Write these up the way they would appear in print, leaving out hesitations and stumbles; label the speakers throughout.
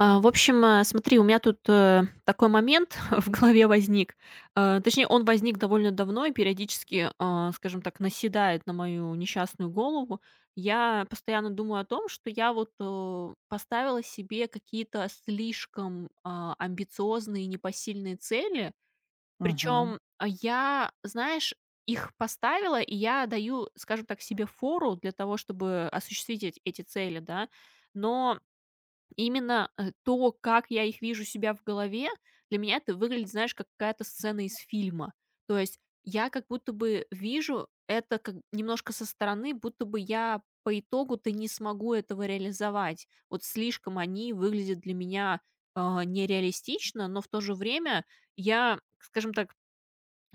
Speaker 1: Смотри, у меня тут такой момент в голове возник. Точнее, он возник довольно давно и периодически, скажем так, наседает на мою несчастную голову. Я постоянно думаю о том, что я вот поставила себе какие-то слишком амбициозные и непосильные цели.
Speaker 2: Мгм.
Speaker 1: Причем, я, знаешь, их поставила, и я даю, скажем так, себе фору для того, чтобы осуществить эт эти цели, да. Но именно, то, как я их вижу себя в голове, для меня это выглядит, знаешь, как какая-то сцена из фильма. То есть я как будто бы вижу это как немножко со стороны, будто бы я по итогу-то не смогу этого реализовать. Вот слишком они выглядят для меня, нереалистично, но в то же время я, скажем так,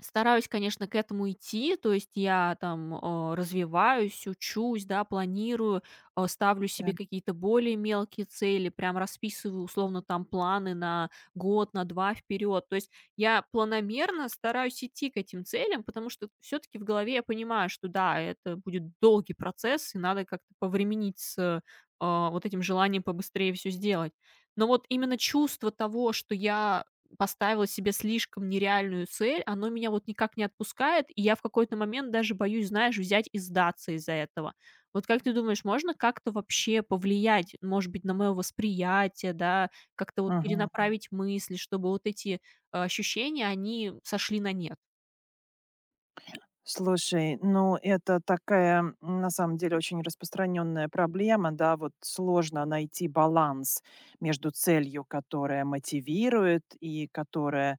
Speaker 1: стараюсь, конечно, к этому идти, то есть я там развиваюсь, учусь, да, планирую, ставлю
Speaker 2: Да.
Speaker 1: себе какие-то более мелкие цели, прям расписываю условно там планы на год, на 2 вперед. То есть я планомерно стараюсь идти к этим целям, потому что все-таки в голове я понимаю, что да, это будет долгий процесс, и надо как-то повременить с вот этим желанием побыстрее все сделать. Но вот именно чувство того, что я поставила себе слишком нереальную цель, оно меня вот никак не отпускает, и я в какой-то момент даже боюсь, знаешь, взять и сдаться из-за этого. Вот как ты думаешь, можно как-то вообще повлиять, может быть, на мое восприятие, да, как-то вот
Speaker 2: Мгм.
Speaker 1: перенаправить мысли, чтобы вот эти ощущения, они сошли на нет?
Speaker 2: Слушай, ну это такая, на самом деле, очень распространенная проблема, да, вот сложно найти баланс между целью, которая мотивирует. И которая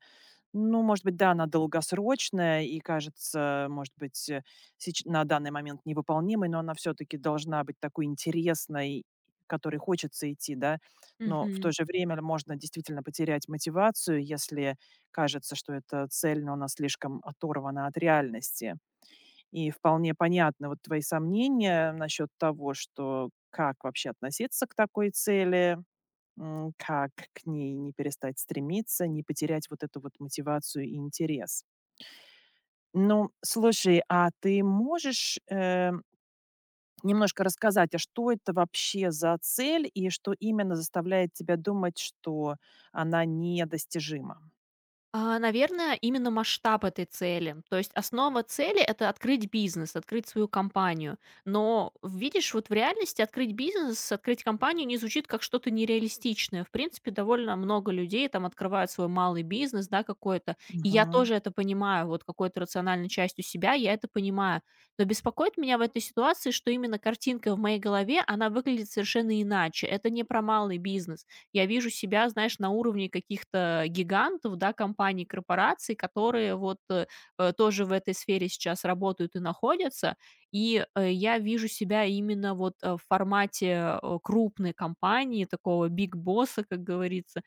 Speaker 2: Ну, может быть, да, она долгосрочная и кажется, может быть, сеч на данный момент невыполнимой, но она все-таки должна быть такой интересной, которой хочется идти, да. Но в то же время ль можно действительно потерять мотивацию, если кажется, что эта цель, но она слишком оторвана от реальности. И вполне понятны вот твои сомнения насчет того, что как вообще относиться к такой цели, Как к ней не перестать стремиться, не потерять вот эту вот мотивацию и интерес. Ну, слушай, а ты можешь, немножко рассказать, а что это вообще за цель и что именно заставляет тебя думать, что она недостижима?
Speaker 1: Наверное, именно масштаб этой цели. То есть основа цели — это открыть бизнес, открыть свою компанию. Но, видишь, вот в реальности открыть бизнес, открыть компанию не звучит как что-то нереалистичное. В принципе, довольно много людей там открывают свой малый бизнес, да, какой-то. И я
Speaker 2: Мгм.
Speaker 1: тоже это понимаю, вот какой-то рациональной частью себя я это понимаю. Но беспокоит меня в этой ситуации, что именно картинка в моей голове, она выглядит совершенно иначе. Это не про малый бизнес, я вижу себя, знаешь, на уровне каких-то гигантов, да, компаний, корпораций, которые вот тоже в этой сфере сейчас работают и находятся. И я вижу себя именно вот в формате крупной компании, такого биг босса, как говорится,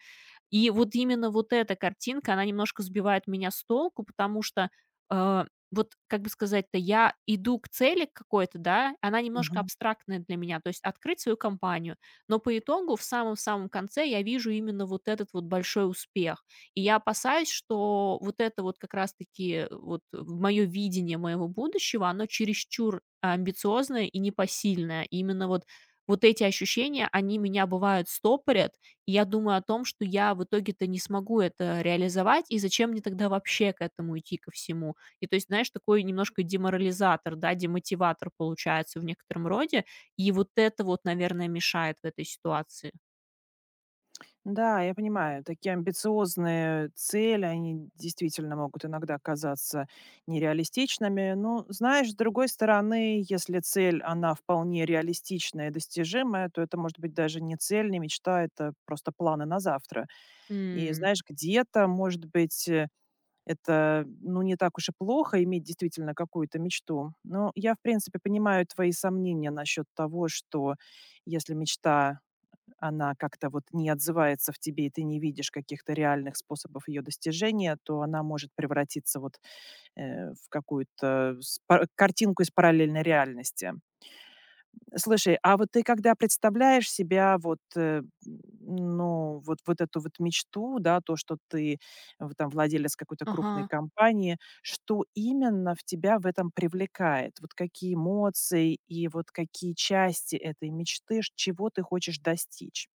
Speaker 1: и вот именно вот эта картинка, она немножко сбивает меня с толку, потому что, э, вот, как бы сказать-то, я иду к цели к какой-то, да, она немножко абстрактная для меня, то есть открыть свою компанию, но по итогу в самом-самом конце я вижу именно вот этот вот большой успех. И я опасаюсь, что вот это вот как раз-таки вот мое видение моего будущего, оно чересчур амбициозное и непосильное. Именно вот эти ощущения, они меня бывают стопорят, и я думаю о том, что я в итоге-то не смогу это реализовать, и зачем мне тогда вообще к этому идти ко всему? То есть, знаешь, такой немножко деморализатор, да, демотиватор получается в некотором роде. И вот это вот, наверное, мешает в этой ситуации.
Speaker 2: Да, я понимаю, такие амбициозные цели, они действительно могут иногда казаться нереалистичными. Но, знаешь, с другой стороны, если цель, она вполне реалистичная и достижимая, то это может быть даже не цель, не мечта, это просто планы на завтра. И,
Speaker 1: М,
Speaker 2: знаешь, где-то, может быть, это, ну, не так уж и плохо иметь действительно какую-то мечту. Но я, в принципе, понимаю твои сомнения насчет того, что если мечта она как-то вот не отзывается в тебе, и ты не видишь каких-то реальных способов ее достижения, то она может превратиться вот в какую-то картинку из параллельной реальности. Слушай, а вот ты когда представляешь себя вот, ну, вот, вот эту вот мечту, да, то, что ты там владелец какой-то крупной
Speaker 1: ага.
Speaker 2: компании, что именно в тебя в этом привлекает? Вот какие эмоции и вот какие части этой мечты, чего ты хочешь достичь?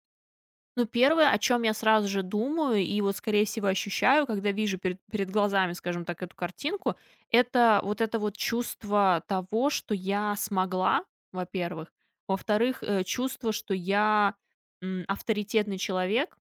Speaker 1: Ну, первое, о чем я сразу же думаю и вот, скорее всего, ощущаю, когда вижу перед глазами, скажем так, эту картинку, это вот чувство того, что я смогла, во-первых. Во-вторых, чувство, что я авторитетный человек.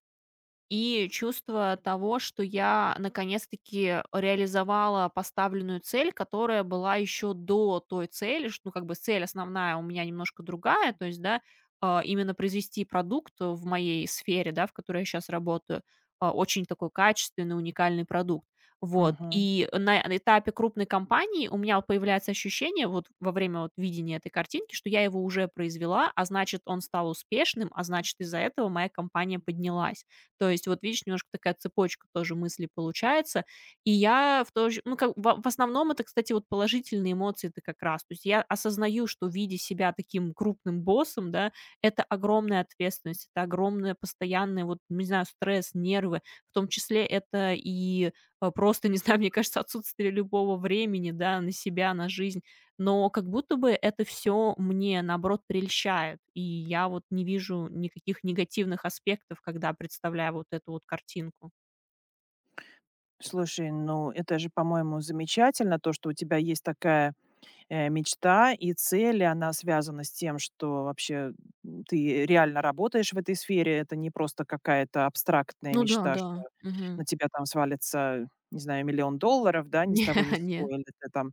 Speaker 1: И чувство того, что я наконец-таки реализовала поставленную цель, которая была еще до той цели, что, ну, как бы цель основная у меня немножко другая, то есть, да, именно произвести продукт в моей сфере, да, в которой я сейчас работаю, очень такой качественный, уникальный продукт. Вот.
Speaker 2: Мгм.
Speaker 1: И на этапе крупной компании у меня появляется ощущение вот во время вот видения этой картинки, что я его уже произвела, а значит, он стал успешным, а значит, из-за этого моя компания поднялась. То есть вот видишь, немножко такая цепочка тоже мыслей получается. И я в то же ну, как в основном это, кстати, вот положительные эмоции это как раз. То есть я осознаю, что в виде себя таким крупным боссом, да, это огромная ответственность, это огромная постоянная, вот, не знаю, стресс, нервы. В том числе это и просто, не знаю, мне кажется, отсутствие любого времени, да, на себя, на жизнь. Но как будто бы это все мне, наоборот, прельщает, и я вот не вижу никаких негативных аспектов, когда представляю вот эту вот картинку.
Speaker 2: Слушай, ну это же, по-моему, замечательно, то, что у тебя есть такая мечта и цель, и она связана с тем, что вообще ты реально работаешь в этой сфере. Это не просто какая-то абстрактная
Speaker 1: Ну да,
Speaker 2: мечта, что
Speaker 1: да. Мгм.
Speaker 2: на тебя там свалится, не знаю, миллион долларов, да, ни с
Speaker 1: Не,
Speaker 2: того ни с сего,
Speaker 1: нет.
Speaker 2: или ты там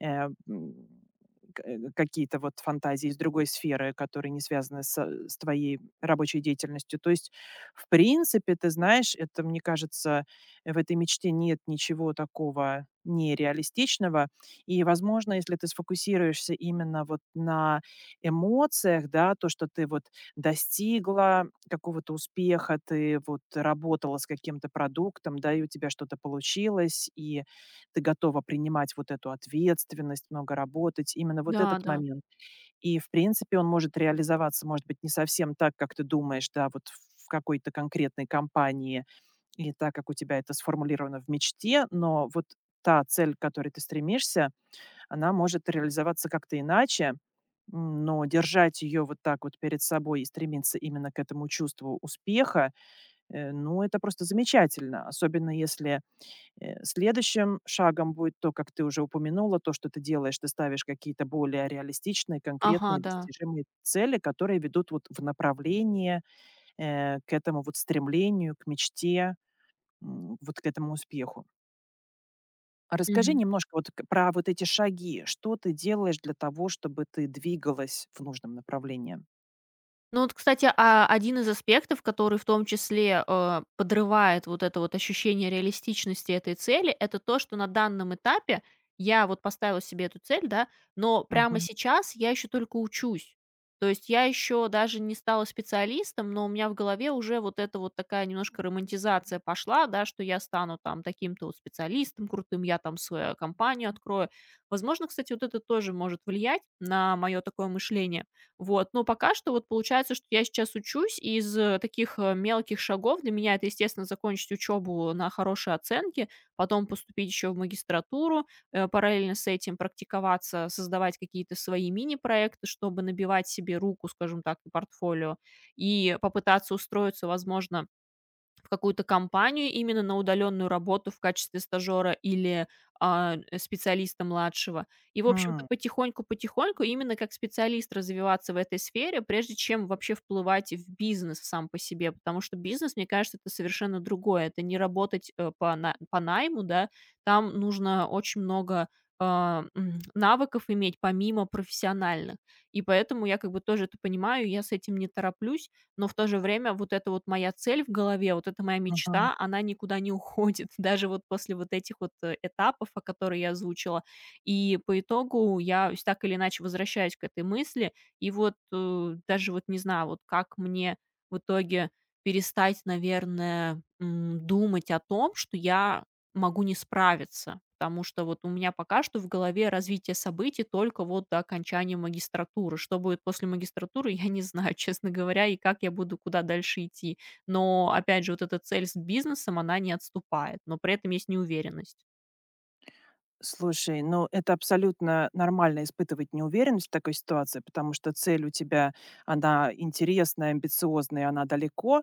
Speaker 2: э, м, какие-то вот фантазии из другой сферы, которые не связаны с твоей рабочей деятельностью. То есть, в принципе, ты знаешь, это, мне кажется, в этой мечте нет ничего такого нереалистичного. И, возможно, если ты сфокусируешься именно вот на эмоциях, да, то, что ты вот достигла какого-то успеха, ты вот работала с каким-то продуктом, да, и у тебя что-то получилось, и ты готова принимать вот эту ответственность, много работать, именно вот
Speaker 1: Да,
Speaker 2: этот
Speaker 1: да.
Speaker 2: момент. И, в принципе, он может реализоваться, может быть, не совсем так, как ты думаешь, да, вот в какой-то конкретной компании или так, как у тебя это сформулировано в мечте, но вот та цель, к которой ты стремишься, она может реализоваться как-то иначе, но держать ее вот так вот перед собой и стремиться именно к этому чувству успеха, ну, это просто замечательно, особенно если следующим шагом будет то, как ты уже упомянула, то, что ты делаешь. Ты ставишь какие-то более реалистичные,
Speaker 1: Ага,
Speaker 2: конкретные,
Speaker 1: да.
Speaker 2: достижимые цели, которые ведут вот в направлении, к этому вот стремлению, к мечте, вот к этому успеху. А расскажи
Speaker 1: Мгм.
Speaker 2: немножко вот к про вот эти шаги. Что ты делаешь для того, чтобы ты двигалась в нужном направлении?
Speaker 1: Ну вот, кстати, один из аспектов, который в том числе, подрывает вот это вот ощущение реалистичности этой цели, это то, что на данном этапе я вот поставила себе эту цель, да, но прямо
Speaker 2: Мгм.
Speaker 1: сейчас я еще только учусь. То есть я еще даже не стала специалистом, но у меня в голове уже вот эта вот такая немножко романтизация пошла, да, что я стану там таким-то вот специалистом крутым, я там свою компанию открою. Возможно, кстати, вот это тоже может влиять на мое такое мышление. Вот, но пока что вот получается, что я сейчас учусь, и из таких мелких шагов для меня это, естественно, закончить учебу на хорошие оценки, потом поступить еще в магистратуру, параллельно с этим практиковаться, создавать какие-то свои мини-проекты, чтобы набивать себе руку, скажем так, и портфолио, и попытаться устроиться, возможно, в какую-то компанию именно на удаленную работу в качестве стажера или специалиста младшего. И, в общем-то,
Speaker 2: М.
Speaker 1: потихоньку-потихоньку именно как специалист развиваться в этой сфере, прежде чем вообще вплывать в бизнес сам по себе. Потому что бизнес, мне кажется, это совершенно другое. Это не работать по найму, да. Там нужно очень много навыков иметь помимо профессиональных. И поэтому я как бы тоже это понимаю, я с этим не тороплюсь, но в то же время вот эта вот моя цель в голове, вот эта моя
Speaker 2: Мгм.
Speaker 1: мечта, она никуда не уходит, даже вот после вот этих вот этапов, о которых я озвучила. И по итогу я так или иначе возвращаюсь к этой мысли, и вот даже вот не знаю, вот как мне в итоге перестать, наверное, думать о том, что я могу не справиться, потому что вот у меня пока что в голове развитие событий только вот до окончания магистратуры. Что будет после магистратуры, я не знаю, честно говоря, и как я буду куда дальше идти. Но, опять же, вот эта цель с бизнесом, она не отступает, но при этом есть неуверенность.
Speaker 2: Слушай, ну это абсолютно нормально испытывать неуверенность в такой ситуации, потому что цель у тебя, она интересная, амбициозная, она далеко,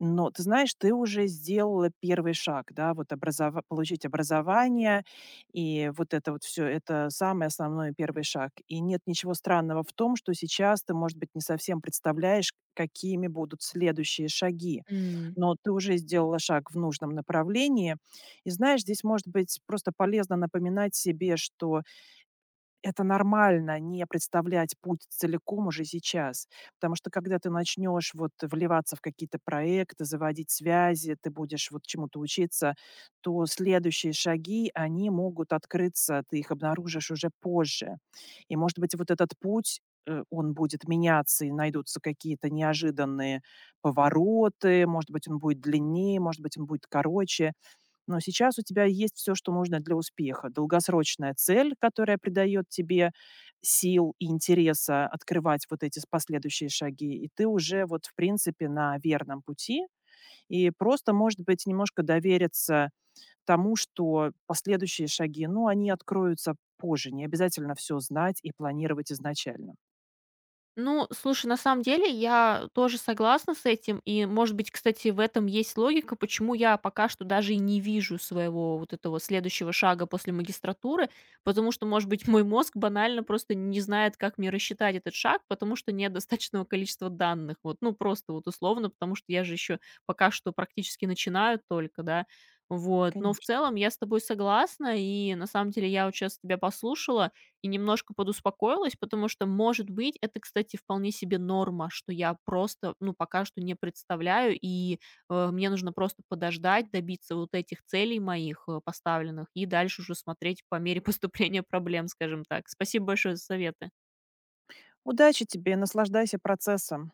Speaker 2: но ты знаешь, ты уже сделала первый шаг, да, вот образова получить образование, и вот это вот все это самый основной первый шаг. И нет ничего странного в том, что сейчас ты, может быть, не совсем представляешь, какими будут следующие шаги,
Speaker 1: М.
Speaker 2: но ты уже сделала шаг в нужном направлении. И знаешь, здесь, может быть, просто полезно напоминать себе, что это нормально — не представлять путь целиком уже сейчас. Потому что когда ты начнешь вот вливаться в какие-то проекты, заводить связи, ты будешь вот чему-то учиться, то следующие шаги, они могут открыться, ты их обнаружишь уже позже. И, может быть, вот этот путь, он будет меняться, и найдутся какие-то неожиданные повороты, может быть, он будет длиннее, может быть, он будет короче. Но сейчас у тебя есть все, что нужно для успеха. Долгосрочная цель, которая придает тебе сил и интереса открывать вот эти с последующие шаги. И ты уже вот, в принципе, на верном пути. И просто, может быть, немножко довериться тому, что последующие шаги, ну, они откроются позже. Не обязательно все знать и планировать изначально.
Speaker 1: Ну, слушай, на самом деле я тоже согласна с этим. И, может быть, кстати, в этом есть логика, почему я пока что даже и не вижу своего вот этого следующего шага после магистратуры, потому что, может быть, мой мозг банально просто не знает, как мне рассчитать этот шаг, потому что нет достаточного количества данных. Вот, ну, просто вот условно, потому что я же еще пока что практически начинаю только, да. Вот. Но в
Speaker 2: Конечно.
Speaker 1: целом я с тобой согласна, и на самом деле я вот сейчас тебя послушала, и немножко подуспокоилась, потому что, может быть, это, кстати, вполне себе норма, что я просто, ну, пока что не представляю, и мне нужно просто подождать, добиться вот этих целей моих поставленных, и дальше уже смотреть по мере поступления проблем, скажем так. Спасибо большое за советы.
Speaker 2: Удачи тебе и наслаждайся процессом.